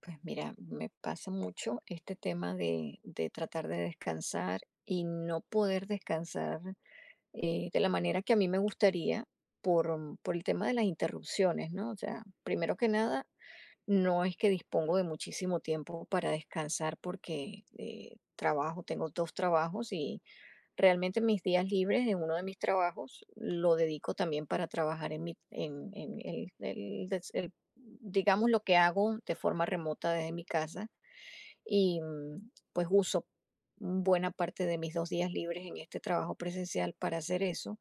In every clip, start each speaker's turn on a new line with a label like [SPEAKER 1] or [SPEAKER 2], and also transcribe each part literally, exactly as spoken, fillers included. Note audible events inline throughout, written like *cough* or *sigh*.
[SPEAKER 1] Pues mira, me pasa mucho este tema de, de tratar de descansar y no poder descansar eh, de la manera que a mí me gustaría por, por el tema de las interrupciones, ¿no? O sea, primero que nada, no es que dispongo de muchísimo tiempo para descansar porque eh, trabajo, tengo dos trabajos y realmente mis días libres en uno de mis trabajos lo dedico también para trabajar en mi, en, en el, el des- el- digamos, lo que hago de forma remota desde mi casa y mm, pues uso buena parte de mis dos días libres en este trabajo presencial para hacer eso.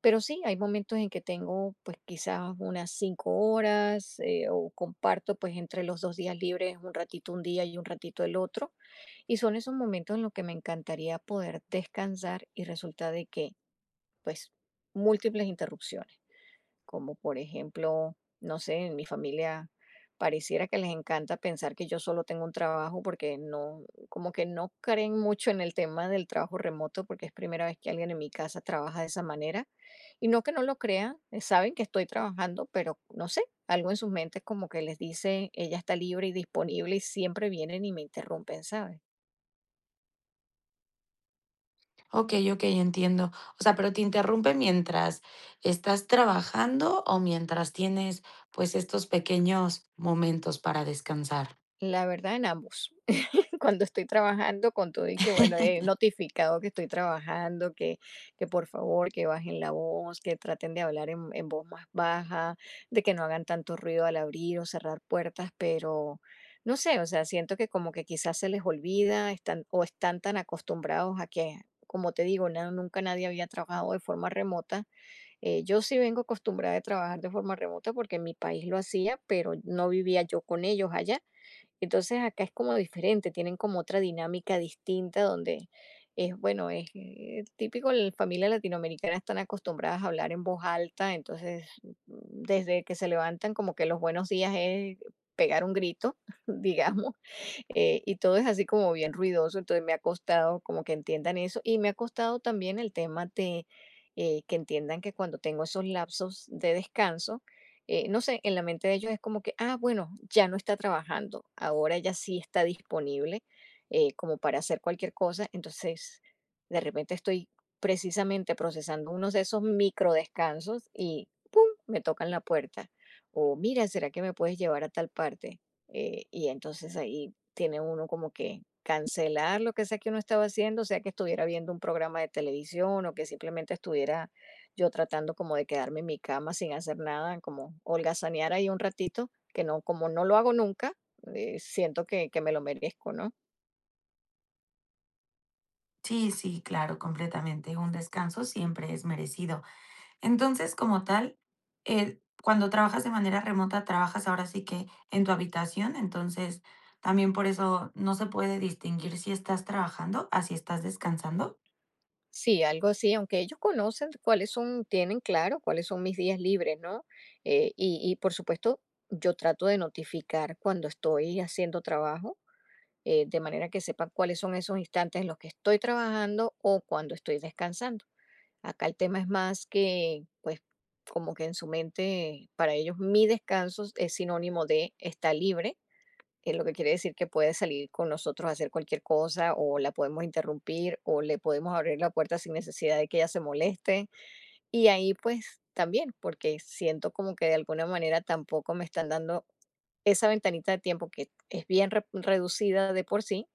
[SPEAKER 1] Pero sí, hay momentos en que tengo, pues, quizás unas cinco horas, eh, o comparto, pues, entre los dos días libres, un ratito un día y un ratito el otro, y son esos momentos en los que me encantaría poder descansar y resulta de que, pues, múltiples interrupciones. Como por ejemplo, no sé, en mi familia pareciera que les encanta pensar que yo solo tengo un trabajo porque no, como que no creen mucho en el tema del trabajo remoto porque es primera vez que alguien en mi casa trabaja de esa manera. Y no que no lo crean, eh, saben que estoy trabajando, pero no sé, algo en sus mentes como que les dice, ella está libre y disponible y siempre vienen y me interrumpen, ¿sabes?
[SPEAKER 2] Ok, ok, entiendo. O sea, pero te interrumpe mientras estás trabajando o mientras tienes pues estos pequeños momentos para descansar.
[SPEAKER 1] La verdad en ambos. Cuando estoy trabajando con todo y que bueno, he
[SPEAKER 2] *laughs*
[SPEAKER 1] notificado que estoy trabajando, que, que por favor que bajen la voz, que traten de hablar en, en voz más baja, de que no hagan tanto ruido al abrir o cerrar puertas, pero no sé, o sea, siento que como que quizás se les olvida, están o están tan acostumbrados a que, como te digo, na- nunca nadie había trabajado de forma remota. Eh, yo sí vengo acostumbrada a trabajar de forma remota porque en mi país lo hacía, pero no vivía yo con ellos allá. Entonces acá es como diferente, tienen como otra dinámica distinta donde es, bueno, es eh, típico, las familias latinoamericanas están acostumbradas a hablar en voz alta, entonces desde que se levantan como que los buenos días es pegar un grito, *laughs* digamos, eh, y todo es así como bien ruidoso, entonces me ha costado como que entiendan eso y me ha costado también el tema de eh, que entiendan que cuando tengo esos lapsos de descanso, eh, no sé, en la mente de ellos es como que, ah, bueno, ya no está trabajando, ahora ya sí está disponible eh, como para hacer cualquier cosa, entonces de repente estoy precisamente procesando unos de esos micro descansos y ¡pum! Me tocan la puerta. O mira, ¿será que me puedes llevar a tal parte? Eh, y entonces ahí tiene uno como que cancelar lo que sea que uno estaba haciendo, sea que estuviera viendo un programa de televisión o que simplemente estuviera yo tratando como de quedarme en mi cama sin hacer nada, como holgazanear ahí un ratito, que no, como no lo hago nunca, eh, siento que, que me lo merezco, ¿no?
[SPEAKER 2] Sí, sí, claro, completamente. Un descanso siempre es merecido. Entonces, como tal, eh, cuando trabajas de manera remota, trabajas ahora sí que en tu habitación, entonces también por eso no se puede distinguir si estás trabajando, así estás descansando.
[SPEAKER 1] Sí, algo así, aunque ellos conocen cuáles son, tienen claro cuáles son mis días libres, ¿no? Eh, y, y por supuesto, yo trato de notificar cuando estoy haciendo trabajo eh, de manera que sepa cuáles son esos instantes en los que estoy trabajando o cuando estoy descansando. Acá el tema es más que, pues, como que en su mente, para ellos mi descanso es sinónimo de está libre, eh, lo que quiere decir que puede salir con nosotros a hacer cualquier cosa o la podemos interrumpir o le podemos abrir la puerta sin necesidad de que ella se moleste. Y ahí pues también, porque siento como que de alguna manera tampoco me están dando esa ventanita de tiempo que es bien re- reducida de por sí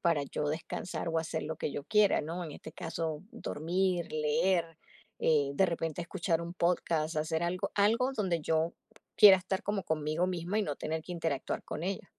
[SPEAKER 1] para yo descansar o hacer lo que yo quiera, ¿no? En este caso, dormir, leer, eh, de repente escuchar un podcast, hacer algo, algo donde yo quiera estar como conmigo misma y no tener que interactuar con ella.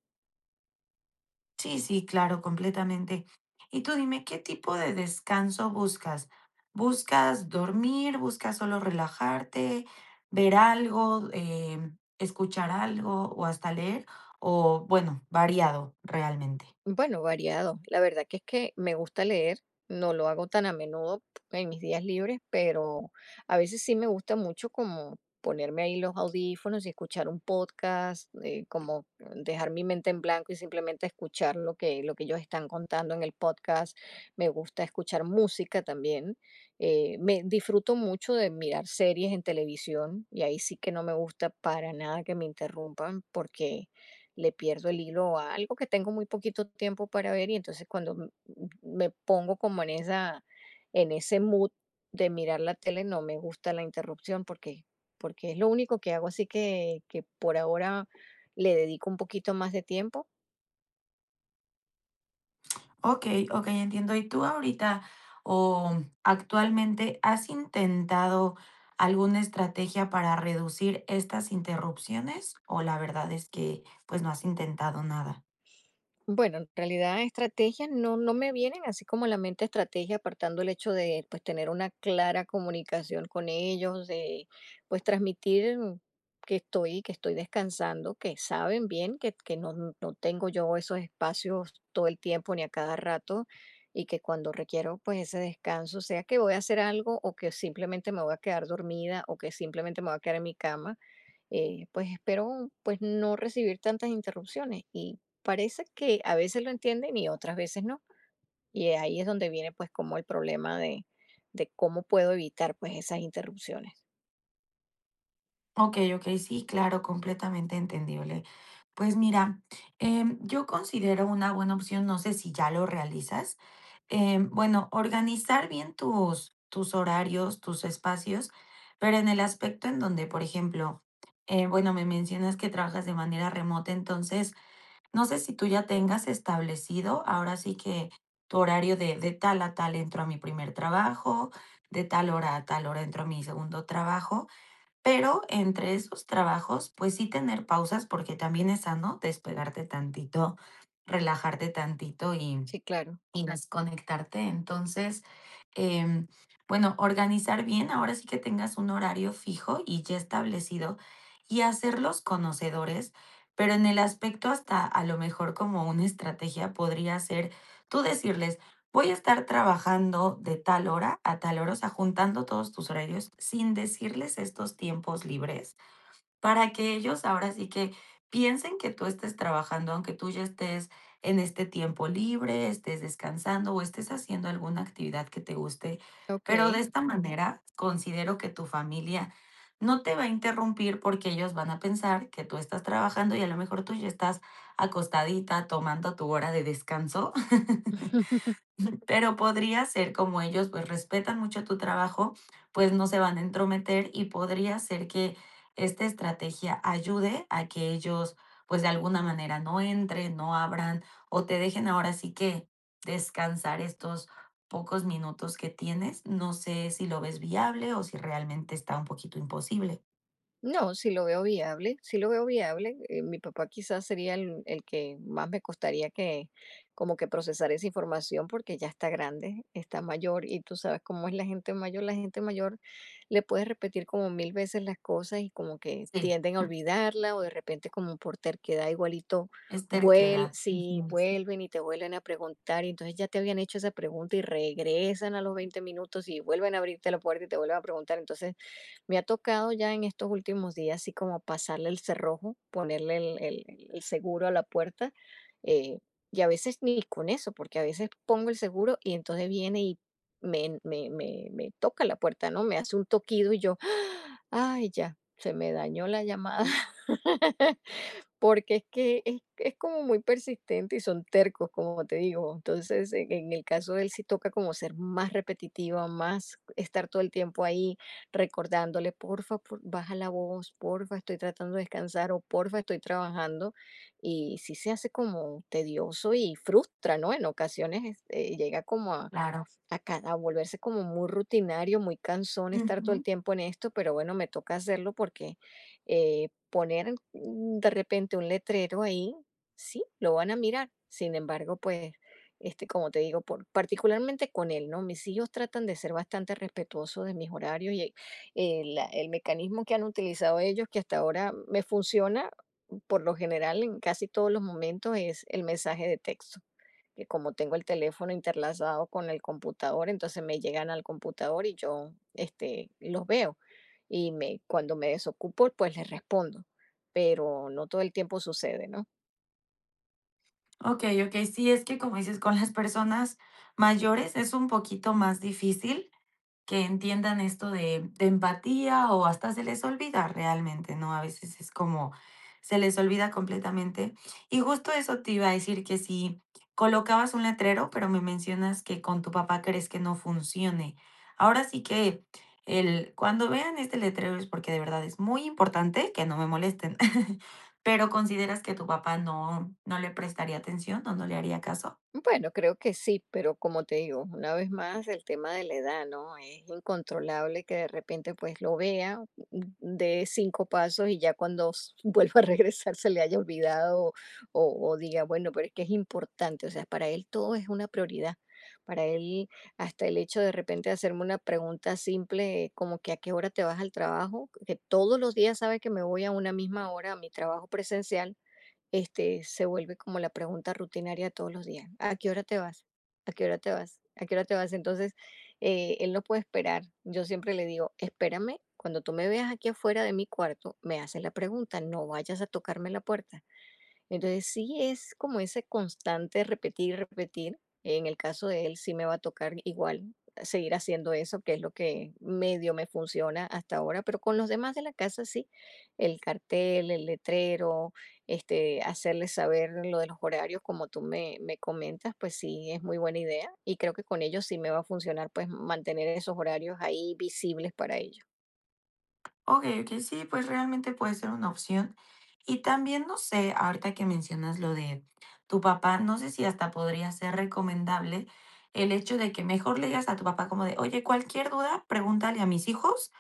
[SPEAKER 2] Sí, sí, claro, completamente. Y tú dime, ¿qué tipo de descanso buscas? ¿Buscas dormir? ¿Buscas solo relajarte? ¿Ver algo? em, ¿escuchar algo? ¿O hasta leer? O bueno, variado realmente.
[SPEAKER 1] Bueno, variado. La verdad que es que me gusta leer, no lo hago tan a menudo en mis días libres, pero a veces sí me gusta mucho como ponerme ahí los audífonos y escuchar un podcast, eh, como dejar mi mente en blanco y simplemente escuchar lo que, lo que ellos están contando en el podcast. Me gusta escuchar música también. Eh, me disfruto mucho de mirar series en televisión y ahí sí que no me gusta para nada que me interrumpan porque le pierdo el hilo a algo que tengo muy poquito tiempo para ver y entonces cuando m- m- me pongo como en esa, en ese mood de mirar la tele, no me gusta la interrupción porque, porque es lo único que hago, así que, que por ahora le dedico un poquito más de tiempo.
[SPEAKER 2] Ok, ok, entiendo. ¿Y tú ahorita o actualmente has intentado alguna estrategia para reducir estas interrupciones? ¿O la verdad es que pues no has intentado nada?
[SPEAKER 1] Bueno, en realidad estrategias no, no me vienen así como a la mente estrategia, apartando el hecho de pues tener una clara comunicación con ellos, de pues transmitir que estoy, que estoy descansando, que saben bien que, que no, no tengo yo esos espacios todo el tiempo ni a cada rato y que cuando requiero pues ese descanso, sea que voy a hacer algo o que simplemente me voy a quedar dormida o que simplemente me voy a quedar en mi cama eh, pues espero pues no recibir tantas interrupciones y parece que a veces lo entienden y otras veces no. Y ahí es donde viene pues como el problema de, de cómo puedo evitar pues esas interrupciones.
[SPEAKER 2] Okey, okey, sí, claro, completamente entendible. Pues mira, em, yo considero una buena opción, no sé si ya lo realizas, em, bueno, organizar bien tus tus horarios, tus espacios, pero en el aspecto en donde, por ejemplo, eh, bueno, me mencionas que trabajas de manera remota, entonces, no sé si tú ya tengas establecido, ahora sí que tu horario de de tal a tal entro a mi primer trabajo, de tal hora a tal hora entro a mi segundo trabajo. Pero entre esos trabajos, pues sí tener pausas, porque también es sano despegarte tantito, relajarte tantito y
[SPEAKER 1] Sí, claro.
[SPEAKER 2] y desconectarte. Entonces, em, bueno, organizar bien, ahora sí que tengas un horario fijo y ya establecido y hacerlos conocedores, pero en el aspecto hasta a lo mejor como una estrategia podría ser tú decirles, voy a estar trabajando de tal hora a tal hora, o sea, juntando todos tus horarios sin decirles estos tiempos libres para que ellos ahora sí que piensen que tú estés trabajando, aunque tú ya estés en este tiempo libre, estés descansando o estés haciendo alguna actividad que te guste,
[SPEAKER 1] Ok.
[SPEAKER 2] pero de esta manera considero que tu familia no te va a interrumpir porque ellos van a pensar que tú estás trabajando y a lo mejor tú ya estás acostadita tomando tu hora de descanso. *laughs*
[SPEAKER 1] *laughs*
[SPEAKER 2] Pero podría ser como ellos pues respetan mucho tu trabajo, pues no se van a entrometer y podría ser que esta estrategia ayude a que ellos pues de alguna manera no entren, no abran o te dejen ahora sí que descansar estos pocos minutos que tienes. No sé si lo ves viable o si realmente está un poquito imposible.
[SPEAKER 1] No, sí lo veo viable, sí lo veo viable. Eh, mi papá quizás sería el, el que más me costaría que como que procesar esa información porque ya está grande, está mayor y tú sabes cómo es la gente mayor. La gente mayor le puedes repetir como mil veces las cosas y como que
[SPEAKER 2] Sí,
[SPEAKER 1] tienden a olvidarla o de repente como por terquedad igualito
[SPEAKER 2] es
[SPEAKER 1] vuelven,
[SPEAKER 2] terquedad.
[SPEAKER 1] si
[SPEAKER 2] Ujú.
[SPEAKER 1] vuelven y te vuelven a preguntar y entonces ya te habían hecho esa pregunta y regresan a los veinte minutos y vuelven a abrirte la puerta y te vuelven a preguntar. Entonces me ha tocado ya en estos últimos días, así como pasarle el cerrojo, ponerle el, el- el- el seguro a la puerta. eh, y a veces ni con eso, porque a veces pongo el seguro y entonces viene y me, me, me, me toca la puerta, ¿no? Me hace un toquido y yo, *gasps* ay, ya, se me dañó la llamada. *laughs* Porque es que es es como muy persistente y son tercos, como te digo. Entonces, en en el caso de él sí toca como ser más repetitiva, más estar todo el tiempo ahí recordándole: "Porfa, por baja la voz, porfa, estoy tratando de descansar", o "Porfa, estoy trabajando". Y sí se hace como tedioso y frustra, ¿no? En ocasiones, eh, llega como
[SPEAKER 2] Claro.
[SPEAKER 1] acá, a volverse como muy rutinario, muy cansón estar todo el
[SPEAKER 2] Ujú.
[SPEAKER 1] tiempo en esto, pero bueno, me toca hacerlo porque eh, poner mm, de repente un letrero ahí, sí, lo van a mirar. Sin embargo, pues, este, como te digo, por, particularmente con él, ¿no? Mis hijos tratan de ser bastante respetuosos de mis horarios y eh, la- el mecanismo que han utilizado ellos, que hasta ahora me funciona, por lo general, en casi todos los momentos, es el mensaje de texto que como tengo el teléfono interlazado con el computador, entonces me llegan al computador y yo este, los veo. Y me, cuando me desocupo, pues les respondo, pero no todo el tiempo sucede, ¿no?
[SPEAKER 2] Okey, okey. Sí, es que, como dices, con las personas mayores es un poquito más difícil, que entiendan esto de, de empatía o hasta se les olvida realmente, ¿no? A veces es como se les olvida completamente. Y justo eso te iba a decir que si colocabas un letrero, pero me mencionas que con tu papá crees que no funcione. Ahora sí que el, cuando vean este letrero es porque de verdad es muy importante que no me molesten, *laughs* pero ¿consideras que tu papá no, no le prestaría atención o no le haría caso?
[SPEAKER 1] Bueno, creo que sí, pero como te digo, una vez más el tema de la edad, ¿no? Es incontrolable que de repente pues lo vea, de cinco pasos y ya cuando s- *laughs* vuelva a regresar se le haya olvidado o, o diga, bueno, pero es que es importante, o sea, para él todo es una prioridad. Para él, hasta el hecho de repente de hacerme una pregunta simple, como que a qué hora te vas al trabajo, que todos los días sabe que me voy a una misma hora a mi trabajo presencial, este, se vuelve como la pregunta rutinaria todos los días. ¿A qué hora te vas? ¿A qué hora te vas? ¿A qué hora te vas? Entonces, eh, él no puede esperar. Yo siempre le digo, espérame, cuando tú me veas aquí afuera de mi cuarto, me haces la pregunta, no vayas a tocarme la puerta. Entonces sí es como ese constante repetir, repetir. En el caso de él sí me va a tocar igual seguir haciendo eso, que es lo que medio me funciona hasta ahora, pero con los demás de la casa sí, el cartel, el letrero, este, hacerles saber lo de los horarios, como tú me, me comentas, pues sí es muy buena idea y creo que con ellos sí me va a funcionar pues mantener esos horarios ahí visibles para ellos.
[SPEAKER 2] Okey, okey, sí, pues realmente puede ser una opción. Y también, no sé, ahorita que mencionas lo de tu papá, no sé si hasta podría ser recomendable el hecho de que mejor le digas a tu papá como de: "Oye, cualquier duda, pregúntale a mis hijos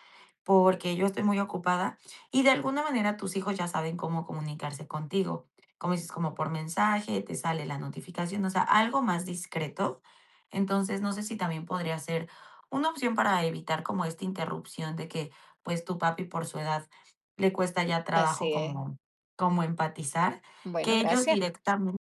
[SPEAKER 2] porque yo estoy muy ocupada y de alguna manera tus hijos ya saben cómo comunicarse contigo. Como dices, como por mensaje, te sale la notificación, o sea, algo más discreto. Entonces, no sé si también podría ser una opción para evitar como esta interrupción de que, pues, tu papi por su edad le cuesta ya trabajo
[SPEAKER 1] Así es.
[SPEAKER 2] como, como empatizar,
[SPEAKER 1] Bueno,
[SPEAKER 2] que ellos
[SPEAKER 1] gracias.
[SPEAKER 2] directamente